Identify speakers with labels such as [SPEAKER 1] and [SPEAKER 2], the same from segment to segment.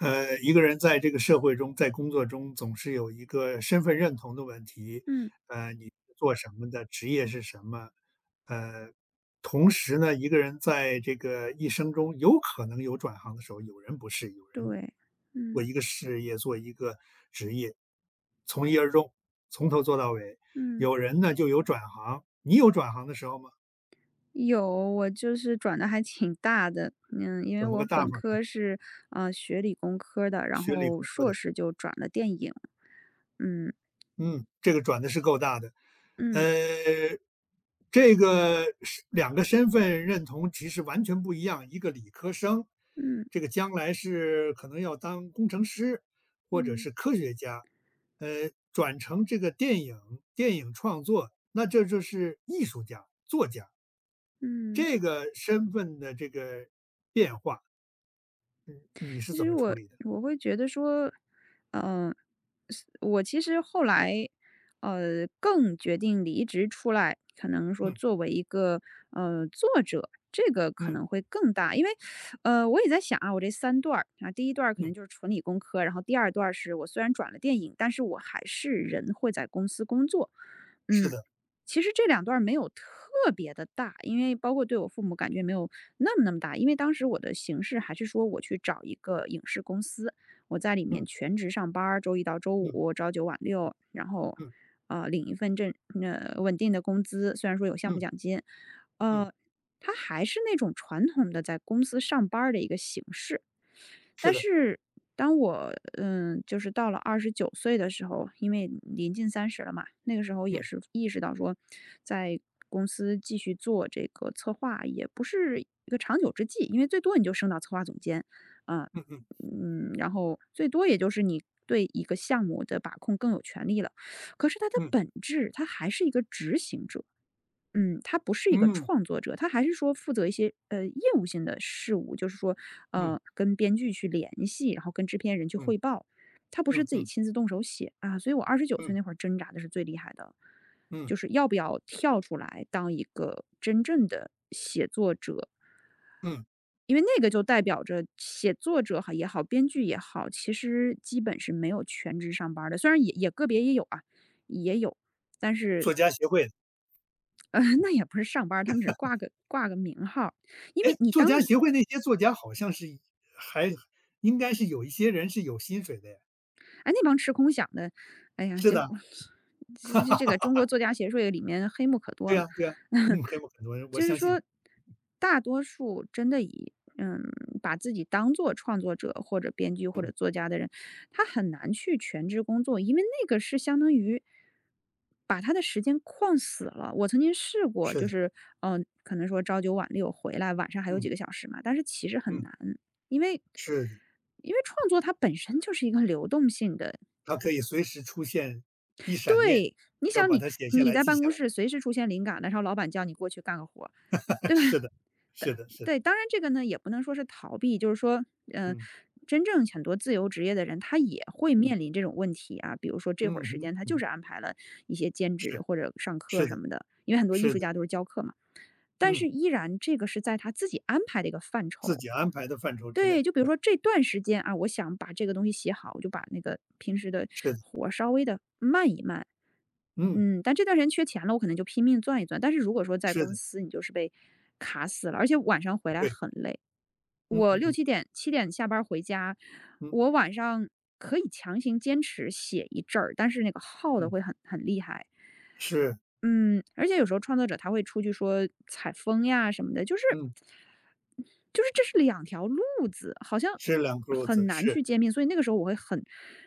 [SPEAKER 1] 一个人在这个社会中，在工作中总是有一个身份认同的问题，
[SPEAKER 2] 嗯，
[SPEAKER 1] 你是做什么的，职业是什么，呃，同时呢，一个人在这个一生中有可能有转行的时候，有人不是，有人
[SPEAKER 2] 对，嗯
[SPEAKER 1] 做一个事业，做一个职业，从一而终，从头做到尾，
[SPEAKER 2] 嗯，
[SPEAKER 1] 有人呢就有转行，你有转行的时候吗？
[SPEAKER 2] 有，我就是转的还挺大的。嗯，因为
[SPEAKER 1] 怎么
[SPEAKER 2] 我
[SPEAKER 1] 个大法
[SPEAKER 2] 本
[SPEAKER 1] 儿啊？
[SPEAKER 2] 科是啊学理工科的，然
[SPEAKER 1] 学理
[SPEAKER 2] 后
[SPEAKER 1] 工科
[SPEAKER 2] 硕
[SPEAKER 1] 的。
[SPEAKER 2] 士就转了电影。嗯
[SPEAKER 1] 嗯，这个转的是够大的。
[SPEAKER 2] 嗯
[SPEAKER 1] 呃，这个是两个身份认同其实完全不一样，一个理科生，
[SPEAKER 2] 嗯
[SPEAKER 1] 这个将来是可能要当工程师或者
[SPEAKER 2] 嗯
[SPEAKER 1] 是科学家，转成这个电影创作，那这就是艺术家、作家，
[SPEAKER 2] 嗯，
[SPEAKER 1] 这个身份的这个变化，嗯，你是
[SPEAKER 2] 其
[SPEAKER 1] 怎
[SPEAKER 2] 实
[SPEAKER 1] 么处
[SPEAKER 2] 我
[SPEAKER 1] 理的？
[SPEAKER 2] 我会觉得说，嗯，是我其实后来，更决定离职出来，可能说
[SPEAKER 1] 嗯
[SPEAKER 2] 作为一个作者，这个可
[SPEAKER 1] 嗯
[SPEAKER 2] 能会更大。因为，我也在想啊，我这3段儿啊，第一段儿可
[SPEAKER 1] 嗯，
[SPEAKER 2] 能就是纯理工科，然后第二段儿是我虽然转了电影，但是我还是人会在公司工作。
[SPEAKER 1] 是
[SPEAKER 2] 嗯，
[SPEAKER 1] 的，
[SPEAKER 2] 其实这两段儿没有特别的大，因为包括对我父母感觉没有那么那么大。因为当时我的形式还是说我去找一个影视公司，我在里面
[SPEAKER 1] 嗯
[SPEAKER 2] 全职上班儿周一到周
[SPEAKER 1] 嗯
[SPEAKER 2] 五朝九晚六，然后，
[SPEAKER 1] 嗯
[SPEAKER 2] 领一份稳定的工资，虽然说有项目
[SPEAKER 1] 嗯
[SPEAKER 2] 奖金。
[SPEAKER 1] 嗯，
[SPEAKER 2] 呃，他还是那种传统的在公司上班儿的一个形式。但
[SPEAKER 1] 是的，
[SPEAKER 2] 是当我嗯，就是到了二十九岁的时候，因为临近30了嘛，那个时候也
[SPEAKER 1] 嗯
[SPEAKER 2] 是意识到说，在公司继续做这个策划也不是一个长久之计，因为最多你就升到策划总监。啊，
[SPEAKER 1] 嗯嗯。
[SPEAKER 2] 嗯，然后最多也就是你对一个项目的把控更有权利了。可是它的
[SPEAKER 1] 嗯
[SPEAKER 2] 本质，它还是一个执行者。嗯，他不是一个
[SPEAKER 1] 嗯
[SPEAKER 2] 创作者，他还是说负责一些业务性的事务，就是说
[SPEAKER 1] 嗯
[SPEAKER 2] 跟编剧去联系，然后跟制片人去
[SPEAKER 1] 嗯
[SPEAKER 2] 汇报，他不是
[SPEAKER 1] 嗯
[SPEAKER 2] 自己
[SPEAKER 1] 嗯
[SPEAKER 2] 亲自动手写啊。所以我二十九岁
[SPEAKER 1] 嗯
[SPEAKER 2] 那会儿挣扎的是最厉害的，就
[SPEAKER 1] 嗯
[SPEAKER 2] 是要不要跳出来当一个真正的写作者，
[SPEAKER 1] 嗯，
[SPEAKER 2] 因为那个就代表着写作者哈也好，编剧也好，其实基本是没有全职上班儿的，虽然也个别也有啊，也有。但是
[SPEAKER 1] 作家协会的。
[SPEAKER 2] 嗯，那也不是上班儿，他们只是挂个名号儿。因为
[SPEAKER 1] 哎，
[SPEAKER 2] 你
[SPEAKER 1] 作
[SPEAKER 2] 当
[SPEAKER 1] 家
[SPEAKER 2] 你
[SPEAKER 1] 协会那些作家好像是还应该是有一些人是有薪水的呀。
[SPEAKER 2] 哎，那帮吃空饷的。哎呀，
[SPEAKER 1] 是
[SPEAKER 2] 这
[SPEAKER 1] 的，
[SPEAKER 2] 这个中国作家协会里面黑幕可多
[SPEAKER 1] 对
[SPEAKER 2] 了。
[SPEAKER 1] 呀对呀。嗯，还有很 多人，我
[SPEAKER 2] 就是
[SPEAKER 1] 相信，
[SPEAKER 2] 说，大多数真的以嗯把自己当做创作者或者编剧或者作家的人，他很难去全职工作，因为那个是相当于把他的时间框死了。我曾经试过，
[SPEAKER 1] 是
[SPEAKER 2] 就
[SPEAKER 1] 的，
[SPEAKER 2] 是嗯、可能说朝九晚六回来，晚上还有几
[SPEAKER 1] 嗯
[SPEAKER 2] 个小时嘛，但是其实很
[SPEAKER 1] 嗯，
[SPEAKER 2] 难，因为。
[SPEAKER 1] 是的，
[SPEAKER 2] 因为创作它本身就是一个流动性的。
[SPEAKER 1] 他可以随时出现，一闪念，
[SPEAKER 2] 对，你
[SPEAKER 1] 要
[SPEAKER 2] 想
[SPEAKER 1] 把
[SPEAKER 2] 你
[SPEAKER 1] 它写下
[SPEAKER 2] 你
[SPEAKER 1] 来、
[SPEAKER 2] 在
[SPEAKER 1] 记
[SPEAKER 2] 办
[SPEAKER 1] 下
[SPEAKER 2] 公
[SPEAKER 1] 来，
[SPEAKER 2] 室随时出现灵感，然后老板叫你过去干个活儿，对吧？
[SPEAKER 1] 是的，
[SPEAKER 2] 但
[SPEAKER 1] 是的是的，
[SPEAKER 2] 对，当然这个呢也不能说是逃避，就是说，嗯、
[SPEAKER 1] 嗯
[SPEAKER 2] 真正很多自由职业的人，他也会
[SPEAKER 1] 嗯
[SPEAKER 2] 面临这种问题啊。比如说这会儿
[SPEAKER 1] 嗯
[SPEAKER 2] 时
[SPEAKER 1] 哼
[SPEAKER 2] 间，他
[SPEAKER 1] 嗯
[SPEAKER 2] 就是
[SPEAKER 1] 哼
[SPEAKER 2] 安排了一些兼职
[SPEAKER 1] 是
[SPEAKER 2] 或者上课
[SPEAKER 1] 是的
[SPEAKER 2] 什么的，因为很多艺
[SPEAKER 1] 是
[SPEAKER 2] 术
[SPEAKER 1] 的，
[SPEAKER 2] 家都是教课嘛。但是
[SPEAKER 1] 嗯，
[SPEAKER 2] 依然，这个是在他自己安排的一个范
[SPEAKER 1] 自
[SPEAKER 2] 畴。
[SPEAKER 1] 己安排的范畴之内，
[SPEAKER 2] 对，就比如
[SPEAKER 1] 对，
[SPEAKER 2] 说这段时间啊，我想把这个东西写好，我就把那个平时的
[SPEAKER 1] 是的，
[SPEAKER 2] 活儿稍微的慢一慢。
[SPEAKER 1] 嗯，
[SPEAKER 2] 嗯，但这段时间缺钱了，我可能就拼命攥一攥。但是如果说在
[SPEAKER 1] 是
[SPEAKER 2] 公
[SPEAKER 1] 的，
[SPEAKER 2] 司，你就是被卡死了，而且晚上回来
[SPEAKER 1] 对。
[SPEAKER 2] 很累。
[SPEAKER 1] 嗯
[SPEAKER 2] 我
[SPEAKER 1] 嗯
[SPEAKER 2] 六
[SPEAKER 1] 嗯
[SPEAKER 2] 七点七点下班回家，
[SPEAKER 1] 嗯
[SPEAKER 2] 我晚上可以强行坚持写一阵儿，但是那个耗的
[SPEAKER 1] 嗯，
[SPEAKER 2] 会很厉害。
[SPEAKER 1] 是，
[SPEAKER 2] 嗯，而且有时候创作者他会出去说采风呀什么的，就是
[SPEAKER 1] 嗯，
[SPEAKER 2] 就是这是两条路子，好像
[SPEAKER 1] 是两个路
[SPEAKER 2] 很
[SPEAKER 1] 子，
[SPEAKER 2] 难
[SPEAKER 1] 是，
[SPEAKER 2] 去见面。所以那个时候我会很，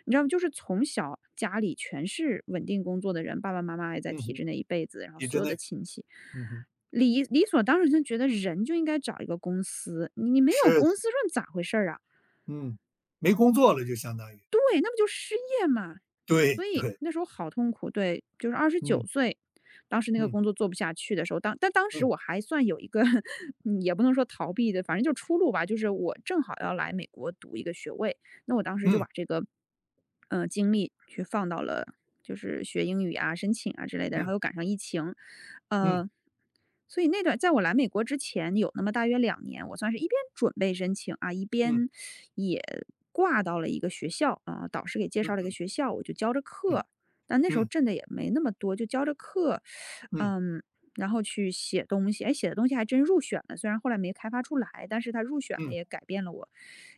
[SPEAKER 2] 你知道吗？就是从小家里全是稳定工作的人，爸爸妈妈也在
[SPEAKER 1] 嗯
[SPEAKER 2] 体
[SPEAKER 1] 哼，
[SPEAKER 2] 制内一辈子，然后
[SPEAKER 1] 体
[SPEAKER 2] 所
[SPEAKER 1] 制
[SPEAKER 2] 有的
[SPEAKER 1] 内，
[SPEAKER 2] 亲戚，
[SPEAKER 1] 嗯哼，
[SPEAKER 2] 理所当然就觉得人就应该找一个公司。你没有
[SPEAKER 1] 是
[SPEAKER 2] 公
[SPEAKER 1] 的，
[SPEAKER 2] 司说你咋回事儿啊？
[SPEAKER 1] 嗯，没工作了就相当于，
[SPEAKER 2] 对，那不就失业嘛？
[SPEAKER 1] 对
[SPEAKER 2] 所以
[SPEAKER 1] 对，
[SPEAKER 2] 那时候好痛苦。对，就是二十九
[SPEAKER 1] 嗯
[SPEAKER 2] 岁，当时那个
[SPEAKER 1] 嗯
[SPEAKER 2] 工作做不下去的时候，当时
[SPEAKER 1] 嗯
[SPEAKER 2] 我还算有一个 嗯也不能说逃避的，反正就出路吧，就是我正好要来美国读一个学位。那我当时就
[SPEAKER 1] 嗯
[SPEAKER 2] 把这个，精力去放到了就是学英语啊、申请啊之类的，然后
[SPEAKER 1] 嗯
[SPEAKER 2] 又赶上疫情。
[SPEAKER 1] 嗯
[SPEAKER 2] 呃，所以那段在我来美国之前有那么大约2年，我算是一边准备申请啊，一
[SPEAKER 1] 嗯
[SPEAKER 2] 边也挂到了一个学校。啊，导师给介绍了一个
[SPEAKER 1] 嗯
[SPEAKER 2] 学校，我就教着
[SPEAKER 1] 嗯
[SPEAKER 2] 课。但那时候
[SPEAKER 1] 嗯
[SPEAKER 2] 挣的也没那么多，就教着课。
[SPEAKER 1] 嗯
[SPEAKER 2] 嗯，然后去写东西。哎，写的东西还真入选了，虽然后来没开发出来，但是他入选了，
[SPEAKER 1] 嗯
[SPEAKER 2] 也改变了我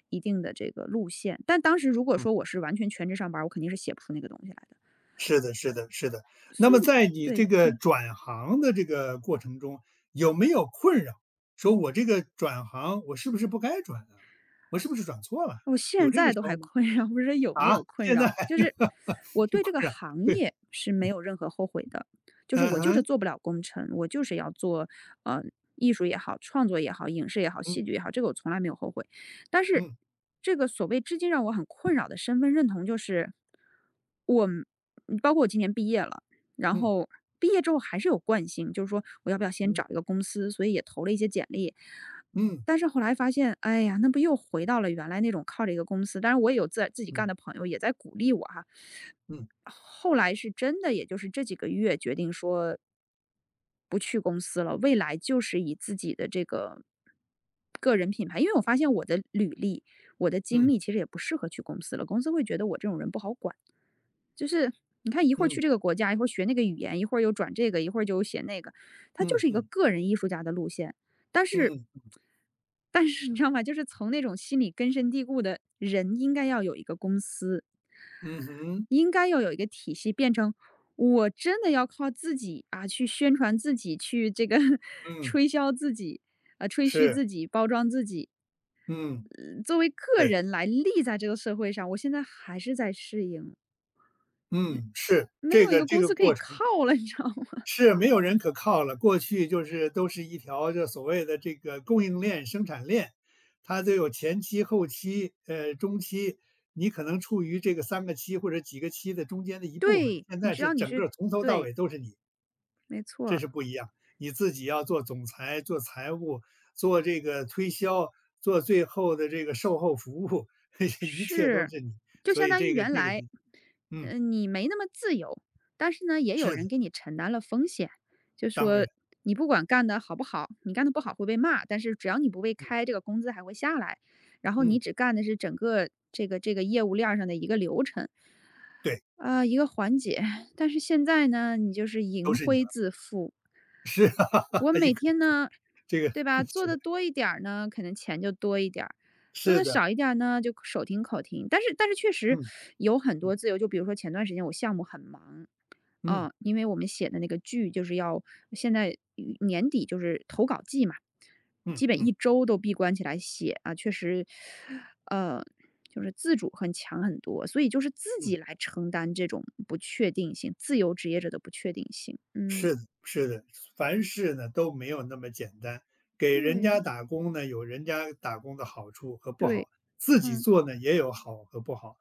[SPEAKER 2] 一定的这个路线。但当时如果
[SPEAKER 1] 嗯，
[SPEAKER 2] 说我是完全全职上班，我肯定是写不出那个东西来的。
[SPEAKER 1] 是的，是的，是的。那
[SPEAKER 2] 所
[SPEAKER 1] 么
[SPEAKER 2] 以
[SPEAKER 1] 在你
[SPEAKER 2] 对，
[SPEAKER 1] 这个
[SPEAKER 2] 嗯。
[SPEAKER 1] 转行的这个过程中，有没有困扰？说我这个转行，我是不是不该转啊？我是不是转错了？
[SPEAKER 2] 我
[SPEAKER 1] 有
[SPEAKER 2] 现
[SPEAKER 1] 这个
[SPEAKER 2] 在
[SPEAKER 1] 时
[SPEAKER 2] 都
[SPEAKER 1] 候
[SPEAKER 2] 还
[SPEAKER 1] 吗？
[SPEAKER 2] 困扰，不是有没
[SPEAKER 1] 啊，
[SPEAKER 2] 有困
[SPEAKER 1] 现在
[SPEAKER 2] 扰，
[SPEAKER 1] 还
[SPEAKER 2] 就是我
[SPEAKER 1] 是
[SPEAKER 2] 对这
[SPEAKER 1] 困
[SPEAKER 2] 个
[SPEAKER 1] 扰，
[SPEAKER 2] 行
[SPEAKER 1] 对。
[SPEAKER 2] 业是没有任何后悔的。就是
[SPEAKER 1] 嗯
[SPEAKER 2] 我就是
[SPEAKER 1] 哼，
[SPEAKER 2] 做不了工程，我就是要做呃艺术也好，创作也好，影视也好，
[SPEAKER 1] 嗯
[SPEAKER 2] 戏剧也好，这个我从来没有后悔。但是
[SPEAKER 1] 嗯
[SPEAKER 2] 这个所谓至今让我很困扰的身份认同，就是我们嗯包括我今年毕业了，然
[SPEAKER 1] 嗯
[SPEAKER 2] 后毕业之后还是有惯性，就是说我要不要先
[SPEAKER 1] 嗯
[SPEAKER 2] 找一个公司，所以也投了一些简历。
[SPEAKER 1] 嗯
[SPEAKER 2] 但是后来发现，哎呀，那不又回到了原来那种靠着一个公司。当然我也有自己干
[SPEAKER 1] 嗯
[SPEAKER 2] 的朋友也在鼓励我哈。
[SPEAKER 1] 嗯
[SPEAKER 2] 后来是真的，也就是这几个月决定说不去公司了，未来就是以自己的这个个人品牌，因为我发现我的履历、我的经
[SPEAKER 1] 嗯
[SPEAKER 2] 历其实也不适合去公司了，公司会觉得我这种人不好管。就是你看一会儿去这
[SPEAKER 1] 嗯
[SPEAKER 2] 个国家，一会儿学那个语言，一会儿又转这个，一会儿就写那个，他就
[SPEAKER 1] 嗯
[SPEAKER 2] 是一个
[SPEAKER 1] 嗯
[SPEAKER 2] 个人艺术家的路线。但是，
[SPEAKER 1] 嗯
[SPEAKER 2] 但是你知道吗？就是从那种心里根深蒂固的人，应该要有一个公司，
[SPEAKER 1] 嗯哼，
[SPEAKER 2] 应该要有一个体系，变成我真的要靠自己啊，去宣传自己，去这个
[SPEAKER 1] 嗯，
[SPEAKER 2] 吹销自己，啊、吹嘘
[SPEAKER 1] 是，
[SPEAKER 2] 自己，包装自己。
[SPEAKER 1] 嗯，
[SPEAKER 2] 作为个
[SPEAKER 1] 对，
[SPEAKER 2] 人来立在这个社会上，我现在还是在适应，
[SPEAKER 1] 嗯，是，
[SPEAKER 2] 没
[SPEAKER 1] 这
[SPEAKER 2] 有一
[SPEAKER 1] 个
[SPEAKER 2] 个
[SPEAKER 1] 这
[SPEAKER 2] 公
[SPEAKER 1] 个
[SPEAKER 2] 司可以
[SPEAKER 1] 过程
[SPEAKER 2] 靠了，你知道吗？
[SPEAKER 1] 是没有人可靠了。过去就是都是一条就所谓的这个供应链、生产链，它都有前期、后期、中期，你可能处于这个三个期或者几个期的中间的一部分。
[SPEAKER 2] 对，
[SPEAKER 1] 现
[SPEAKER 2] 你
[SPEAKER 1] 在
[SPEAKER 2] 知
[SPEAKER 1] 是
[SPEAKER 2] 道你
[SPEAKER 1] 整
[SPEAKER 2] 是，
[SPEAKER 1] 个从头到
[SPEAKER 2] 对，
[SPEAKER 1] 尾都是你。
[SPEAKER 2] 没
[SPEAKER 1] 这
[SPEAKER 2] 错。
[SPEAKER 1] 是不一样。你自己要做总裁、做财务、做这个推销、做最后的这个售后服务，一切都
[SPEAKER 2] 是，
[SPEAKER 1] 是你。
[SPEAKER 2] 就
[SPEAKER 1] 所
[SPEAKER 2] 相
[SPEAKER 1] 以
[SPEAKER 2] 当于
[SPEAKER 1] 这个
[SPEAKER 2] 原
[SPEAKER 1] 这个
[SPEAKER 2] 来，
[SPEAKER 1] 地嗯，
[SPEAKER 2] 嗯，你没那么自由，但是呢，也有
[SPEAKER 1] 是的，
[SPEAKER 2] 人给你承担了风险，就
[SPEAKER 1] 当
[SPEAKER 2] 说
[SPEAKER 1] 然，
[SPEAKER 2] 你不管干的好不好，你干的不好会被骂，但是只要你不被
[SPEAKER 1] 嗯
[SPEAKER 2] 开，这个工资还会下来，然后你
[SPEAKER 1] 嗯，
[SPEAKER 2] 只干的是整个这个业务链儿上的一个流程，
[SPEAKER 1] 对，
[SPEAKER 2] 啊、一个环节。但是现在呢，你就是
[SPEAKER 1] 都
[SPEAKER 2] 盈
[SPEAKER 1] 是你
[SPEAKER 2] 亏
[SPEAKER 1] 了，
[SPEAKER 2] 自负，
[SPEAKER 1] 是啊，
[SPEAKER 2] 我
[SPEAKER 1] 一
[SPEAKER 2] 每
[SPEAKER 1] 个
[SPEAKER 2] 天呢，
[SPEAKER 1] 这个
[SPEAKER 2] 对吧？做
[SPEAKER 1] 是
[SPEAKER 2] 的
[SPEAKER 1] 的，
[SPEAKER 2] 多一点儿呢，可能钱就多一点儿；做
[SPEAKER 1] 是
[SPEAKER 2] 的
[SPEAKER 1] 的，
[SPEAKER 2] 少一点儿呢，就手停口停。但是，但是确实
[SPEAKER 1] 嗯
[SPEAKER 2] 有很多自由。就比如说前段时间我项目很忙
[SPEAKER 1] 嗯
[SPEAKER 2] 啊，因为我们写的那个剧就是要现在年底就是投稿季嘛，
[SPEAKER 1] 嗯
[SPEAKER 2] 基本
[SPEAKER 1] 嗯
[SPEAKER 2] 一周都闭关起来写啊，确实，呃，就是自主很强很多，所以就是自
[SPEAKER 1] 嗯。
[SPEAKER 2] 己来承担这种不确定性，自由职业者的不确定性。嗯，
[SPEAKER 1] 是的，是的，凡事呢都没有那么简单。给人
[SPEAKER 2] 对
[SPEAKER 1] 家打工呢，有人家打工的好处和不
[SPEAKER 2] 对，
[SPEAKER 1] 好，自己
[SPEAKER 2] 嗯。
[SPEAKER 1] 做呢也有好和不好。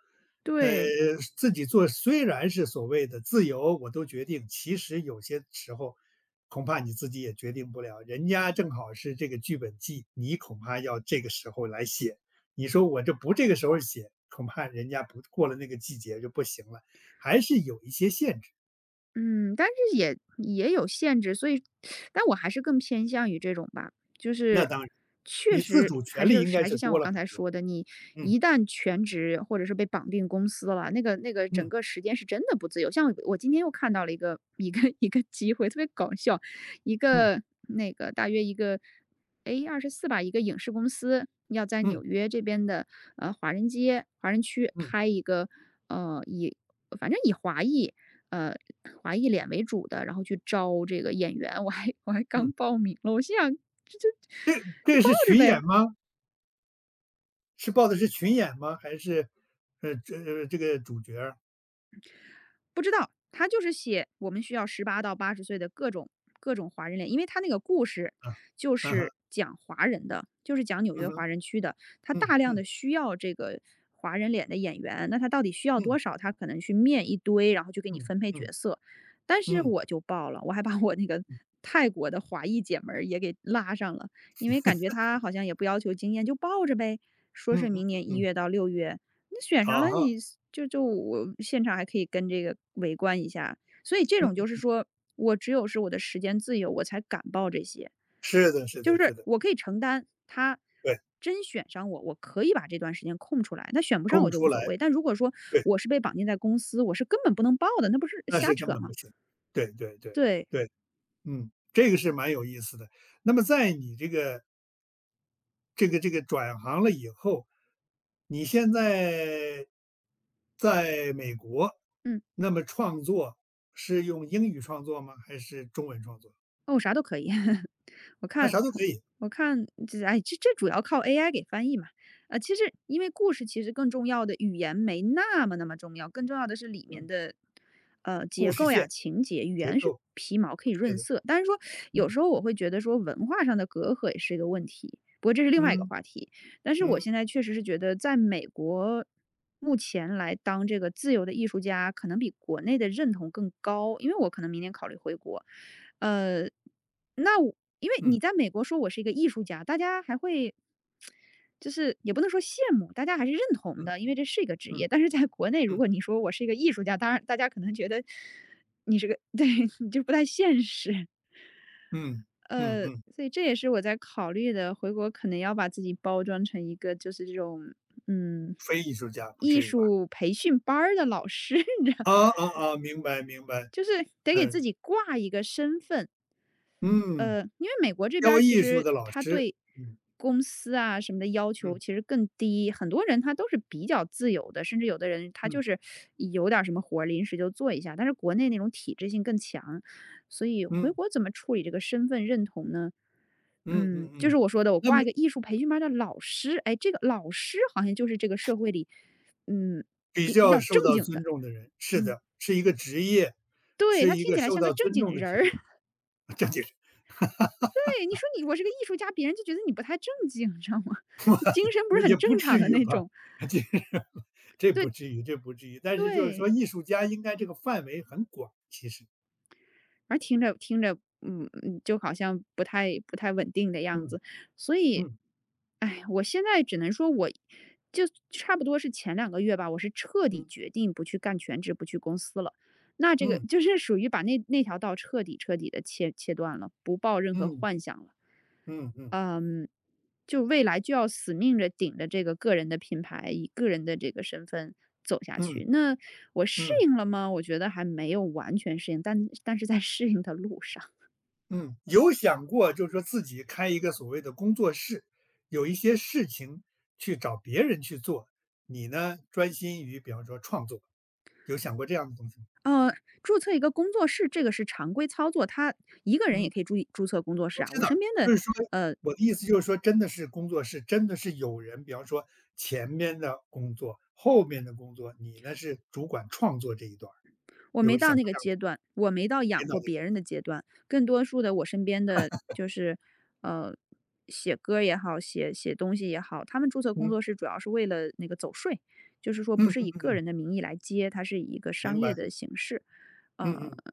[SPEAKER 1] 呃，
[SPEAKER 2] 对，
[SPEAKER 1] 自己做虽然是所谓的自由，我都决定，其实有些时候恐怕你自己也决定不了。人家正好是这个剧本季，你恐怕要这个时候来写。你说我这不这个时候写，恐怕人家不过了那个季节就不行了，还是有一些限制。
[SPEAKER 2] 嗯，但是也有限制，所以但我还是更偏向于这种吧，就
[SPEAKER 1] 那
[SPEAKER 2] 是
[SPEAKER 1] 当然，
[SPEAKER 2] 确
[SPEAKER 1] 你自
[SPEAKER 2] 实
[SPEAKER 1] 主
[SPEAKER 2] 还
[SPEAKER 1] 权利
[SPEAKER 2] 是
[SPEAKER 1] 应该
[SPEAKER 2] 还
[SPEAKER 1] 是
[SPEAKER 2] 是像我
[SPEAKER 1] 多了
[SPEAKER 2] 刚
[SPEAKER 1] 很
[SPEAKER 2] 才
[SPEAKER 1] 多。
[SPEAKER 2] 说的，你
[SPEAKER 1] 嗯
[SPEAKER 2] 一旦全职或者是被绑定公司了，那个整
[SPEAKER 1] 嗯
[SPEAKER 2] 个时间是真的不自由。像我今天又看到了一个 一个机会，特别搞笑，一
[SPEAKER 1] 嗯
[SPEAKER 2] 个那个大约一个 A24吧，一个影视公司要在
[SPEAKER 1] 嗯
[SPEAKER 2] 纽约这边的华人街华人区
[SPEAKER 1] 嗯
[SPEAKER 2] 拍一个以反正以华裔呃，华裔脸为主的，然后去招这个演员，我还刚
[SPEAKER 1] 嗯，
[SPEAKER 2] 报名了，我心想这就
[SPEAKER 1] 这
[SPEAKER 2] 就
[SPEAKER 1] 这
[SPEAKER 2] 抱
[SPEAKER 1] 是
[SPEAKER 2] 着
[SPEAKER 1] 群
[SPEAKER 2] 呗，
[SPEAKER 1] 演吗？是报的是群演吗？还是，这个主角儿
[SPEAKER 2] 不知道，他就是写我们需要18到80岁的各种华人脸，因为他那个故事
[SPEAKER 1] 啊？
[SPEAKER 2] 就
[SPEAKER 1] 啊哈，
[SPEAKER 2] 是讲华人的，就是讲纽
[SPEAKER 1] 嗯
[SPEAKER 2] 约
[SPEAKER 1] 哼，
[SPEAKER 2] 华人区的，他
[SPEAKER 1] 嗯
[SPEAKER 2] 大量
[SPEAKER 1] 哼，
[SPEAKER 2] 的需要这个华人脸的演员，那他到底需要多
[SPEAKER 1] 嗯
[SPEAKER 2] 少？他可能去面一堆，然后就给你
[SPEAKER 1] 嗯
[SPEAKER 2] 分配角
[SPEAKER 1] 嗯
[SPEAKER 2] 色。但是
[SPEAKER 1] 嗯嗯
[SPEAKER 2] 我就报了，我还把我那个泰国的华裔姐们儿也给拉上了，因为感觉他好像也不要求经验，就报着呗。说
[SPEAKER 1] 嗯
[SPEAKER 2] 是
[SPEAKER 1] 嗯
[SPEAKER 2] 明
[SPEAKER 1] 嗯
[SPEAKER 2] 年一
[SPEAKER 1] 嗯，
[SPEAKER 2] 月到六月，那选上
[SPEAKER 1] 好
[SPEAKER 2] 了
[SPEAKER 1] 哈，
[SPEAKER 2] 你就就我现场还可以跟这个围观一下，所以这
[SPEAKER 1] 嗯，
[SPEAKER 2] 种就是说我只有是我的时间自由，我才敢报这些，
[SPEAKER 1] 是的是
[SPEAKER 2] 就
[SPEAKER 1] 的
[SPEAKER 2] 是
[SPEAKER 1] 是的，
[SPEAKER 2] 我可以承担他
[SPEAKER 1] 对，
[SPEAKER 2] 真选上我，我可以把这段时间空出来，他选不上我
[SPEAKER 1] 空
[SPEAKER 2] 就
[SPEAKER 1] 出
[SPEAKER 2] 无所
[SPEAKER 1] 来，
[SPEAKER 2] 谓。但如果说
[SPEAKER 1] 对，
[SPEAKER 2] 我是被绑定在公司，我是根本不能报的，那不是
[SPEAKER 1] 那
[SPEAKER 2] 瞎
[SPEAKER 1] 是根
[SPEAKER 2] 扯
[SPEAKER 1] 本
[SPEAKER 2] 吗？
[SPEAKER 1] 不行。对对对
[SPEAKER 2] 对，
[SPEAKER 1] 对，嗯，这个是蛮有意思的。那么在你这个转行了以后，你现在在美国，
[SPEAKER 2] 嗯。
[SPEAKER 1] 那么创作是用英语创作吗？还是中文创作？
[SPEAKER 2] 哦，啥都可以。我
[SPEAKER 1] 啊，
[SPEAKER 2] 看
[SPEAKER 1] 啥都可以，
[SPEAKER 2] 我看这哎，这这主要靠 AI 给翻译嘛。其实因为故事其实更重要的语言没那么重要，更重要的是里面
[SPEAKER 1] 嗯，
[SPEAKER 2] 的呃结
[SPEAKER 1] 故事
[SPEAKER 2] 构呀、
[SPEAKER 1] 线、
[SPEAKER 2] 情节，语
[SPEAKER 1] 结
[SPEAKER 2] 言是
[SPEAKER 1] 构，
[SPEAKER 2] 皮毛可以
[SPEAKER 1] 是
[SPEAKER 2] 润
[SPEAKER 1] 的，
[SPEAKER 2] 色。但是说有
[SPEAKER 1] 嗯
[SPEAKER 2] 时候我会觉得说文化上的隔阂也是一个问题，不过这是另外一个
[SPEAKER 1] 嗯
[SPEAKER 2] 话题。但是我
[SPEAKER 1] 嗯
[SPEAKER 2] 现在确实是觉得，在美国目前来当这个自由的艺术家，可能比国内的认同更高，因为我可能明年考虑回国。呃，那我因为你
[SPEAKER 1] 嗯
[SPEAKER 2] 在美国说我是一个艺术家，大家还会就是也不能说羡慕，大家还是认同
[SPEAKER 1] 嗯
[SPEAKER 2] 的，因为这是一个职
[SPEAKER 1] 嗯
[SPEAKER 2] 业。但是在国内，如
[SPEAKER 1] 嗯
[SPEAKER 2] 果你说我是一个艺术家，当然大家可能觉得你是个 对，你就不太现实。
[SPEAKER 1] 嗯嗯嗯，
[SPEAKER 2] 所以这也是我在考虑的，回国可能要把自己包装成一个就是这种，嗯，
[SPEAKER 1] 非艺术家不
[SPEAKER 2] 艺
[SPEAKER 1] 至于吧？
[SPEAKER 2] 术培训班儿的老师，你知道，
[SPEAKER 1] 啊啊啊！明白明白，
[SPEAKER 2] 就是得给自
[SPEAKER 1] 嗯
[SPEAKER 2] 己挂一个身份。
[SPEAKER 1] 嗯，
[SPEAKER 2] 因为美国这边
[SPEAKER 1] 教
[SPEAKER 2] 儿其
[SPEAKER 1] 艺术
[SPEAKER 2] 实
[SPEAKER 1] 的老
[SPEAKER 2] 他
[SPEAKER 1] 师，
[SPEAKER 2] 对
[SPEAKER 1] 嗯
[SPEAKER 2] 公司啊什么的要求
[SPEAKER 1] 嗯
[SPEAKER 2] 其实更低，很多人他都是比较自由的，甚至有的人他就
[SPEAKER 1] 嗯
[SPEAKER 2] 是有点儿什么活儿临时就做一下。但是国内那种体制性更强，所以回
[SPEAKER 1] 嗯
[SPEAKER 2] 国怎么处理这个身份认同呢？
[SPEAKER 1] 嗯嗯
[SPEAKER 2] 嗯，
[SPEAKER 1] 嗯，
[SPEAKER 2] 就是
[SPEAKER 1] 嗯
[SPEAKER 2] 我说的，我
[SPEAKER 1] 那么
[SPEAKER 2] 挂一个艺术培训班的老师，哎，这个老师好像就是这个社会里，嗯，
[SPEAKER 1] 比
[SPEAKER 2] 比比
[SPEAKER 1] 较
[SPEAKER 2] 较
[SPEAKER 1] 受
[SPEAKER 2] 正
[SPEAKER 1] 到
[SPEAKER 2] 经
[SPEAKER 1] 尊
[SPEAKER 2] 的，
[SPEAKER 1] 重的人，是
[SPEAKER 2] 嗯，
[SPEAKER 1] 的，是一个职业，
[SPEAKER 2] 对
[SPEAKER 1] 是
[SPEAKER 2] 他
[SPEAKER 1] 一
[SPEAKER 2] 听
[SPEAKER 1] 个
[SPEAKER 2] 起来
[SPEAKER 1] 受
[SPEAKER 2] 像个
[SPEAKER 1] 到
[SPEAKER 2] 正
[SPEAKER 1] 尊
[SPEAKER 2] 经
[SPEAKER 1] 重的
[SPEAKER 2] 人
[SPEAKER 1] 职
[SPEAKER 2] 儿，
[SPEAKER 1] 业，这就是
[SPEAKER 2] 对，你说你我是个艺术家，别人就觉得你不太正经，你知道吗？就精神不是很
[SPEAKER 1] 也不
[SPEAKER 2] 正常
[SPEAKER 1] 至
[SPEAKER 2] 的
[SPEAKER 1] 于
[SPEAKER 2] 那
[SPEAKER 1] 吧，
[SPEAKER 2] 种。
[SPEAKER 1] 这这不
[SPEAKER 2] 对
[SPEAKER 1] 至于，这不至于。但是就是
[SPEAKER 2] 对，
[SPEAKER 1] 说艺术家应该这个范围很广，其实，
[SPEAKER 2] 而听着听着，嗯嗯，就好像不太稳定的样
[SPEAKER 1] 嗯
[SPEAKER 2] 子。所以，
[SPEAKER 1] 嗯
[SPEAKER 2] 哎，我现在只能说我。就差不多是前两个月吧，我是彻底
[SPEAKER 1] 嗯
[SPEAKER 2] 决定不去干全职，不去公司了。那这个
[SPEAKER 1] 嗯
[SPEAKER 2] 就是属于把那那条道彻底彻底的切切断了，不抱任何
[SPEAKER 1] 嗯
[SPEAKER 2] 幻想了。
[SPEAKER 1] 嗯嗯
[SPEAKER 2] 嗯，就未来就要死命着顶着这个个人的品牌，以个人的这个身份走下
[SPEAKER 1] 嗯
[SPEAKER 2] 去。那我适
[SPEAKER 1] 嗯
[SPEAKER 2] 应了吗？我觉得还没有完全适应，但但是在适应的路上。
[SPEAKER 1] 嗯，有想过就是说自己开一个所谓的工作室，有一些事情去找别人去做，你呢专心于比方说创作，有想过这样的东西吗？
[SPEAKER 2] 呃，注册一个工作室，这个是常规操作，他一个人也
[SPEAKER 1] 嗯。
[SPEAKER 2] 可以注册工作室
[SPEAKER 1] 我
[SPEAKER 2] 啊。
[SPEAKER 1] 知
[SPEAKER 2] 我
[SPEAKER 1] 道，
[SPEAKER 2] 身边的
[SPEAKER 1] 就是说
[SPEAKER 2] 呃
[SPEAKER 1] 我的意思就是说真的是工作室，真的是有人，比方说前面的工作，后面的工作，你呢是主管创作这一段儿，
[SPEAKER 2] 我没
[SPEAKER 1] 有
[SPEAKER 2] 到
[SPEAKER 1] 想
[SPEAKER 2] 那
[SPEAKER 1] 过
[SPEAKER 2] 个
[SPEAKER 1] 这样
[SPEAKER 2] 阶段，我没到养
[SPEAKER 1] 编导
[SPEAKER 2] 活
[SPEAKER 1] 这
[SPEAKER 2] 别人
[SPEAKER 1] 个？
[SPEAKER 2] 的阶段，更多数的我身边的就是，呃，写歌也好，写写东西也好，他们注册工
[SPEAKER 1] 嗯
[SPEAKER 2] 作室主要是为了那个走税，就是说不
[SPEAKER 1] 嗯
[SPEAKER 2] 是
[SPEAKER 1] 嗯
[SPEAKER 2] 以
[SPEAKER 1] 嗯
[SPEAKER 2] 个
[SPEAKER 1] 嗯，
[SPEAKER 2] 人的名义来接，它是以一个商
[SPEAKER 1] 明
[SPEAKER 2] 业
[SPEAKER 1] 白，
[SPEAKER 2] 的形式。
[SPEAKER 1] 嗯
[SPEAKER 2] 呃，
[SPEAKER 1] 嗯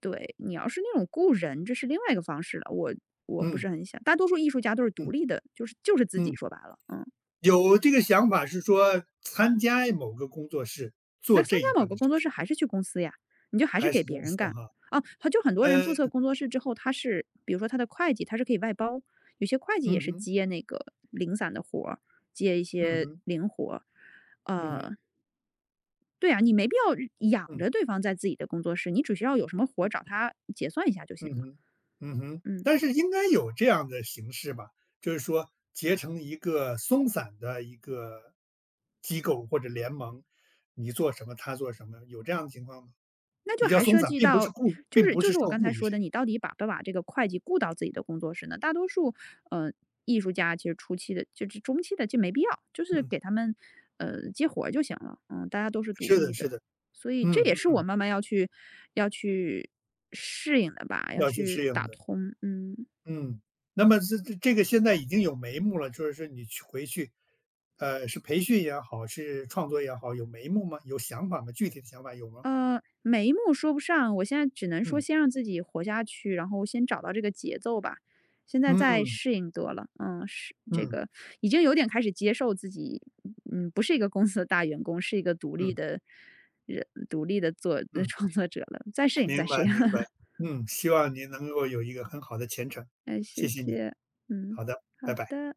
[SPEAKER 2] 对，你要是那种雇人，这是另外一个方式了，我我不
[SPEAKER 1] 嗯
[SPEAKER 2] 是很想大多数艺术家都是独
[SPEAKER 1] 嗯
[SPEAKER 2] 立的，就是自己，
[SPEAKER 1] 嗯，
[SPEAKER 2] 说白了，嗯。
[SPEAKER 1] 有这个想法是说参加某个工作室
[SPEAKER 2] 那
[SPEAKER 1] 做
[SPEAKER 2] 参
[SPEAKER 1] 这一
[SPEAKER 2] 加某
[SPEAKER 1] 段
[SPEAKER 2] 个
[SPEAKER 1] 的事，
[SPEAKER 2] 工作室还是去公司呀，你就还是
[SPEAKER 1] 还
[SPEAKER 2] 给
[SPEAKER 1] 是
[SPEAKER 2] 别
[SPEAKER 1] 公
[SPEAKER 2] 人
[SPEAKER 1] 司
[SPEAKER 2] 干。
[SPEAKER 1] 哈？
[SPEAKER 2] 啊，他就很多
[SPEAKER 1] 呃，
[SPEAKER 2] 人注册工作室之后，他是比如说他的会计，他是可以外包，有些会计也
[SPEAKER 1] 嗯
[SPEAKER 2] 是
[SPEAKER 1] 哼，
[SPEAKER 2] 接那个零散的活儿，接一
[SPEAKER 1] 嗯
[SPEAKER 2] 些
[SPEAKER 1] 哼，
[SPEAKER 2] 零活儿。
[SPEAKER 1] 嗯哼，
[SPEAKER 2] 呃，对啊，你没必要养
[SPEAKER 1] 嗯。
[SPEAKER 2] 着对方在自己的工作室，你只需要有什么活儿找他结算一下就行
[SPEAKER 1] 嗯
[SPEAKER 2] 了。
[SPEAKER 1] 哼，嗯哼，
[SPEAKER 2] 嗯。
[SPEAKER 1] 但是应该有这样的形式吧，就是说结成一个松散的一个机构或者联盟，你做什么，他做什么，有这样的情况吗？
[SPEAKER 2] 那就
[SPEAKER 1] 比较
[SPEAKER 2] 还
[SPEAKER 1] 松
[SPEAKER 2] 涉
[SPEAKER 1] 散，
[SPEAKER 2] 及
[SPEAKER 1] 并不
[SPEAKER 2] 到，
[SPEAKER 1] 是故意
[SPEAKER 2] 就
[SPEAKER 1] 并
[SPEAKER 2] 是
[SPEAKER 1] 不
[SPEAKER 2] 就
[SPEAKER 1] 是
[SPEAKER 2] 是我
[SPEAKER 1] 受
[SPEAKER 2] 刚才
[SPEAKER 1] 雇于
[SPEAKER 2] 说
[SPEAKER 1] 谁。
[SPEAKER 2] 的，你到底把不把这个会计雇到自己的工作室呢？大多数，呃，艺术家其实初期的，就是中期的，就没必要，就是
[SPEAKER 1] 嗯，
[SPEAKER 2] 给他们，接活儿就行了。嗯，大家都是独
[SPEAKER 1] 是
[SPEAKER 2] 立
[SPEAKER 1] 的，
[SPEAKER 2] 的，
[SPEAKER 1] 是的，
[SPEAKER 2] 所以
[SPEAKER 1] 嗯
[SPEAKER 2] 这也
[SPEAKER 1] 嗯
[SPEAKER 2] 是我
[SPEAKER 1] 嗯，
[SPEAKER 2] 慢慢要去适应的吧，要
[SPEAKER 1] 要去
[SPEAKER 2] 去
[SPEAKER 1] 适应
[SPEAKER 2] 打
[SPEAKER 1] 的，
[SPEAKER 2] 通。嗯。
[SPEAKER 1] 嗯。那么这个现在已经有眉目了，就是说你去回去，是培训也好，是创作也好，有眉目吗？有想法吗？具体的想法有吗？
[SPEAKER 2] 每一幕说不上，我现在只能说
[SPEAKER 1] 嗯
[SPEAKER 2] 先让自己活下去，然后先找到这个节奏吧。现在在
[SPEAKER 1] 嗯
[SPEAKER 2] 适应得了，嗯，是这
[SPEAKER 1] 嗯
[SPEAKER 2] 个已经有点开始接受自己，嗯，不是一个公司的大员工，是一个独立
[SPEAKER 1] 嗯。
[SPEAKER 2] 的人，独立的作
[SPEAKER 1] 嗯，
[SPEAKER 2] 创作者了。再适应，
[SPEAKER 1] 明
[SPEAKER 2] 再适
[SPEAKER 1] 白
[SPEAKER 2] 应。
[SPEAKER 1] 明白。嗯，希望您能够有一个很好的前程，
[SPEAKER 2] 哎，谢
[SPEAKER 1] 谢谢你。
[SPEAKER 2] 谢，嗯，
[SPEAKER 1] 好的，
[SPEAKER 2] 好
[SPEAKER 1] 拜拜。
[SPEAKER 2] 的。